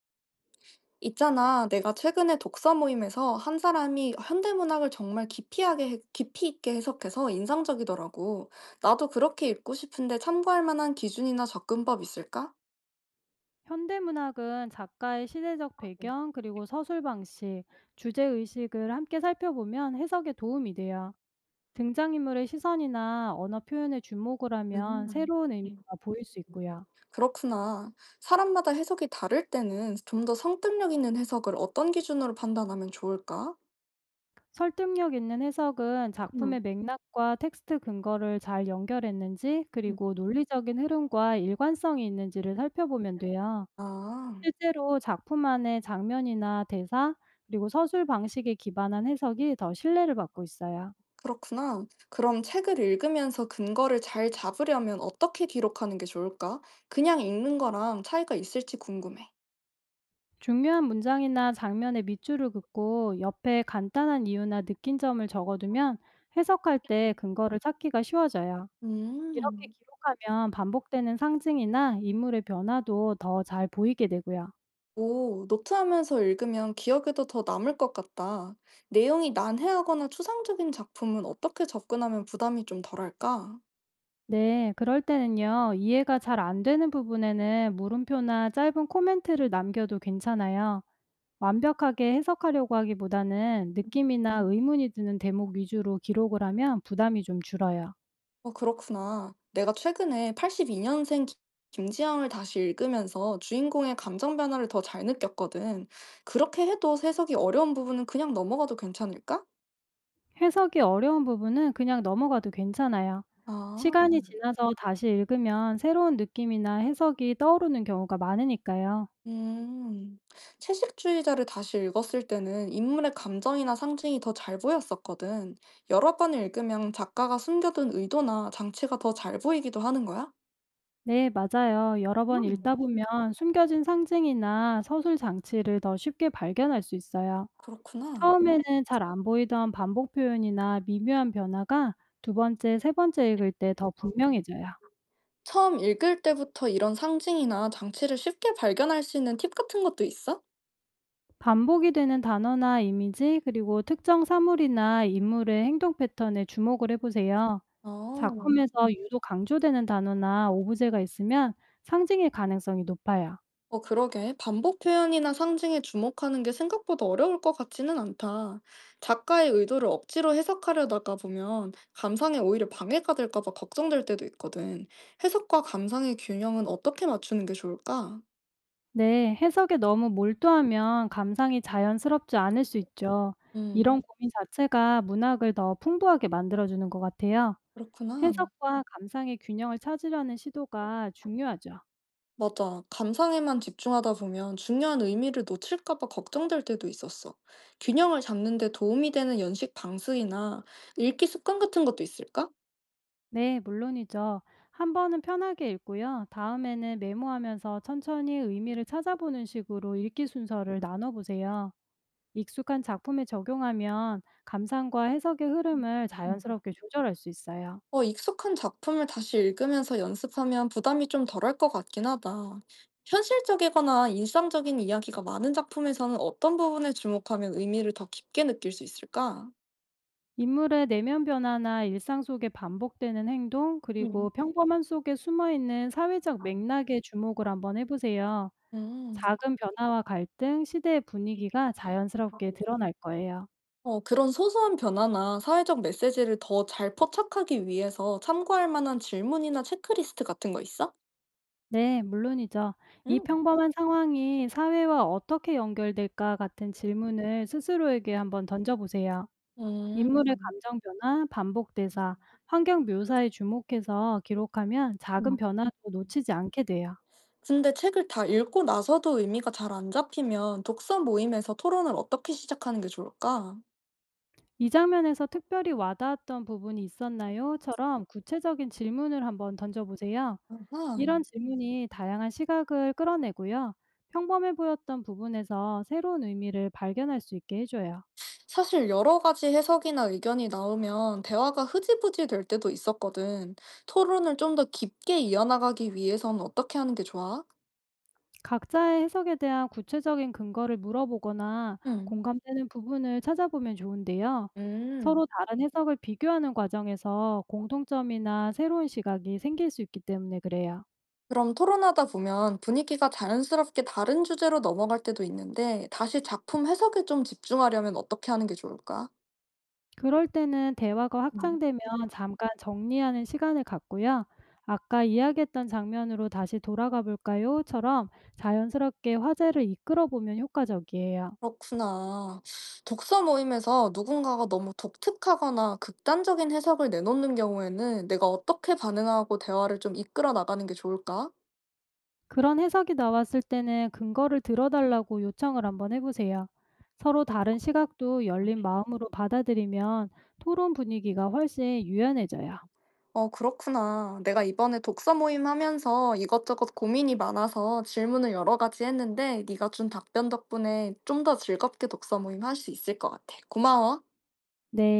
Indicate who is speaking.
Speaker 1: 있잖아, 내가 최근에 독서 모임에서 한 사람이 현대문학을 정말 기피하게, 깊이 있게 해석해서 인상적이더라고. 나도 그렇게 읽고 싶은데 참고할 만한 기준이나 접근법 있을까?
Speaker 2: 현대문학은 작가의 시대적 배경, 그리고 서술 방식, 주제 의식을 함께 살펴보면 해석에 도움이 돼요. 등장인물의 시선이나 언어 표현에 주목을
Speaker 1: 음,
Speaker 2: 하면 새로운
Speaker 1: 음.
Speaker 2: 의미가 보일 수 있고요.
Speaker 1: 그렇구나. 사람마다 해석이 다를 때는 좀 더 성득력 있는 해석을 어떤 기준으로 판단하면 좋을까?
Speaker 2: 설득력 있는 해석은
Speaker 1: 음,
Speaker 2: 작품의 맥락과 텍스트 근거를 잘 연결했는지,
Speaker 1: 음.
Speaker 2: 그리고 논리적인 흐름과 일관성이 있는지를 살펴보면 돼요.
Speaker 1: 아,
Speaker 2: 실제로 작품 안의 장면이나 대사, 그리고 서술 방식에 기반한 해석이 더 신뢰를 받고 있어요.
Speaker 1: 그렇구나. 그럼 책을 읽으면서 근거를 잘 잡으려면 어떻게 기록하는 게 좋을까? 그냥 읽는 거랑 차이가 있을지 궁금해.
Speaker 2: 중요한 문장이나 장면의 밑줄을 긋고 옆에 간단한 이유나 느낀 점을 적어두면 해석할 때 근거를 찾기가 쉬워져요. 이렇게
Speaker 1: 음.
Speaker 2: 기록하면 반복되는 상징이나 인물의 변화도 더 잘 보이게 되고요.
Speaker 1: 오, 노트하면서 읽으면 기억에도 더 남을 것 같다. 내용이 난해하거나 추상적인 작품은 어떻게 접근하면 부담이 좀 덜할까?
Speaker 2: 네, 그럴 때는요, 이해가 잘 안 되는 부분에는 물음표나 짧은 코멘트를 남겨도 괜찮아요. 완벽하게 해석하려고 하기보다는 느낌이나 의문이 드는 대목 위주로 기록을 하면 부담이 좀 줄어요.
Speaker 1: 어, 그렇구나. 내가 최근에 82년생 김지영을 다시 읽으면서 주인공의 감정 변화를 더 잘 느꼈거든. 그렇게 해도 해석이 어려운 부분은 그냥 넘어가도 괜찮을까?
Speaker 2: 해석이 어려운 부분은 그냥 넘어가도 괜찮아요.
Speaker 1: 아.
Speaker 2: 시간이 지나서 다시 읽으면 새로운 느낌이나 해석이 떠오르는 경우가 많으니까요.
Speaker 1: 음. 채식주의자를 다시 읽었을 때는 인물의 감정이나 상징이 더 잘 보였었거든. 여러 번을 읽으면 작가가 숨겨둔 의도나 장치가 더 잘 보이기도 하는 거야?
Speaker 2: 네, 맞아요. 여러 번
Speaker 1: 음,
Speaker 2: 읽다 보면 숨겨진 상징이나 서술 장치를 더 쉽게 발견할 수 있어요.
Speaker 1: 그렇구나.
Speaker 2: 처음에는 잘 안 보이던 반복 표현이나 미묘한 변화가 두 번째, 세 번째 읽을 때 더 분명해져요.
Speaker 1: 처음 읽을 때부터 이런 상징이나 장치를 쉽게 발견할 수 있는 팁 같은 것도 있어?
Speaker 2: 반복이 되는 단어나 이미지, 그리고 특정 사물이나 인물의 행동 패턴에 주목을 해보세요.
Speaker 1: 어.
Speaker 2: 작품에서 유독 강조되는 단어나 오브제가 있으면 상징일 가능성이 높아요.
Speaker 1: 어, 그러게. 반복 표현이나 상징에 주목하는 게 생각보다 어려울 것 같지는 않다. 작가의 의도를 억지로 해석하려다가 보면 감상에 오히려 방해가 될까 봐 걱정될 때도 있거든. 해석과 감상의 균형은 어떻게 맞추는 게 좋을까?
Speaker 2: 네, 해석에 너무 몰두하면 감상이 자연스럽지 않을 수 있죠. 이런
Speaker 1: 음,
Speaker 2: 고민 자체가 문학을 더 풍부하게 만들어주는 것 같아요.
Speaker 1: 그렇구나.
Speaker 2: 해석과 감상의 균형을 찾으려는 시도가 중요하죠.
Speaker 1: 맞아. 감상에만 집중하다 보면 중요한 의미를 놓칠까 봐 걱정될 때도 있었어. 균형을 잡는 데 도움이 되는 연식 방식이나 읽기 습관 같은 것도 있을까?
Speaker 2: 네, 물론이죠. 한 번은 편하게 읽고요. 다음에는 메모하면서 천천히 의미를 찾아보는 식으로 읽기 순서를 나눠보세요. 익숙한 작품에 적용하면 감상과 해석의 흐름을
Speaker 1: 음.
Speaker 2: 자연스럽게 조절할 수 있어요.
Speaker 1: 어, 익숙한 작품을 다시 읽으면서 연습하면 부담이 좀 덜할 것 같긴 하다. 현실적이거나 일상적인 이야기가 많은 작품에서는 어떤 부분에 주목하면 의미를 더 깊게 느낄 수 있을까?
Speaker 2: 인물의 내면 변화나 일상 속에 반복되는 행동, 그리고
Speaker 1: 음.
Speaker 2: 평범함 속에 숨어있는 사회적 맥락에 주목을 한번 해보세요.
Speaker 1: 음.
Speaker 2: 작은 변화와 갈등, 시대의 분위기가 자연스럽게 드러날 거예요.
Speaker 1: 어, 그런 소소한 변화나 사회적 메시지를 더 잘 포착하기 위해서 참고할 만한 질문이나 체크리스트 같은 거 있어?
Speaker 2: 네, 물론이죠. "이
Speaker 1: 음.
Speaker 2: 평범한 상황이 사회와 어떻게 연결될까?" 같은 질문을 스스로에게 한번 던져보세요. 인물의 감정 변화, 반복
Speaker 1: 음.
Speaker 2: 대사, 환경 묘사에 주목해서 기록하면 작은 변화도 놓치지 않게 돼요.
Speaker 1: 근데 책을 다 읽고 나서도 의미가 잘 안 잡히면 독서 모임에서 토론을 어떻게 시작하는 게 좋을까?
Speaker 2: "이 장면에서 특별히 와닿았던 부분이 있었나요?"처럼 구체적인 질문을 한번 던져보세요. 이런
Speaker 1: 아하.
Speaker 2: 질문이 다양한 시각을 끌어내고요. 평범해 보였던 부분에서 새로운 의미를 발견할 수 있게 해줘요.
Speaker 1: 사실 여러 가지 해석이나 의견이 나오면 대화가 흐지부지 될 때도 있었거든. 토론을 좀 더 깊게 이어나가기 위해선 어떻게 하는 게 좋아?
Speaker 2: 각자의 해석에 대한 구체적인 근거를 물어보거나
Speaker 1: 음.
Speaker 2: 공감되는 부분을 찾아보면 좋은데요.
Speaker 1: 음.
Speaker 2: 서로 다른 해석을 비교하는 과정에서 공통점이나 새로운 시각이 생길 수 있기 때문에 그래요.
Speaker 1: 그럼 토론하다 보면 분위기가 자연스럽게 다른 주제로 넘어갈 때도 있는데 다시 작품 해석에 좀 집중하려면 어떻게 하는 게 좋을까?
Speaker 2: 그럴 때는 대화가 확장되면 잠깐 정리하는 시간을 갖고요. 아까 이야기했던 장면으로 다시 돌아가 볼까요?처럼 자연스럽게 화제를 이끌어 보면 효과적이에요.
Speaker 1: 그렇구나. 독서 모임에서 누군가가 너무 독특하거나 극단적인 해석을 내놓는 경우에는 내가 어떻게 반응하고 대화를 좀 이끌어 나가는 게 좋을까?
Speaker 2: 그런 해석이 나왔을 때는 근거를 들어달라고 요청을 한번 해보세요. 서로 다른 시각도 열린 마음으로 받아들이면 토론 분위기가 훨씬 유연해져요.
Speaker 1: 어, 그렇구나. 내가 이번에 독서 모임 하면서 이것저것 고민이 많아서 질문을 여러 가지 했는데 네가 준 답변 덕분에 좀 더 즐겁게 독서 모임 할 수 있을 것 같아. 고마워.
Speaker 2: 네.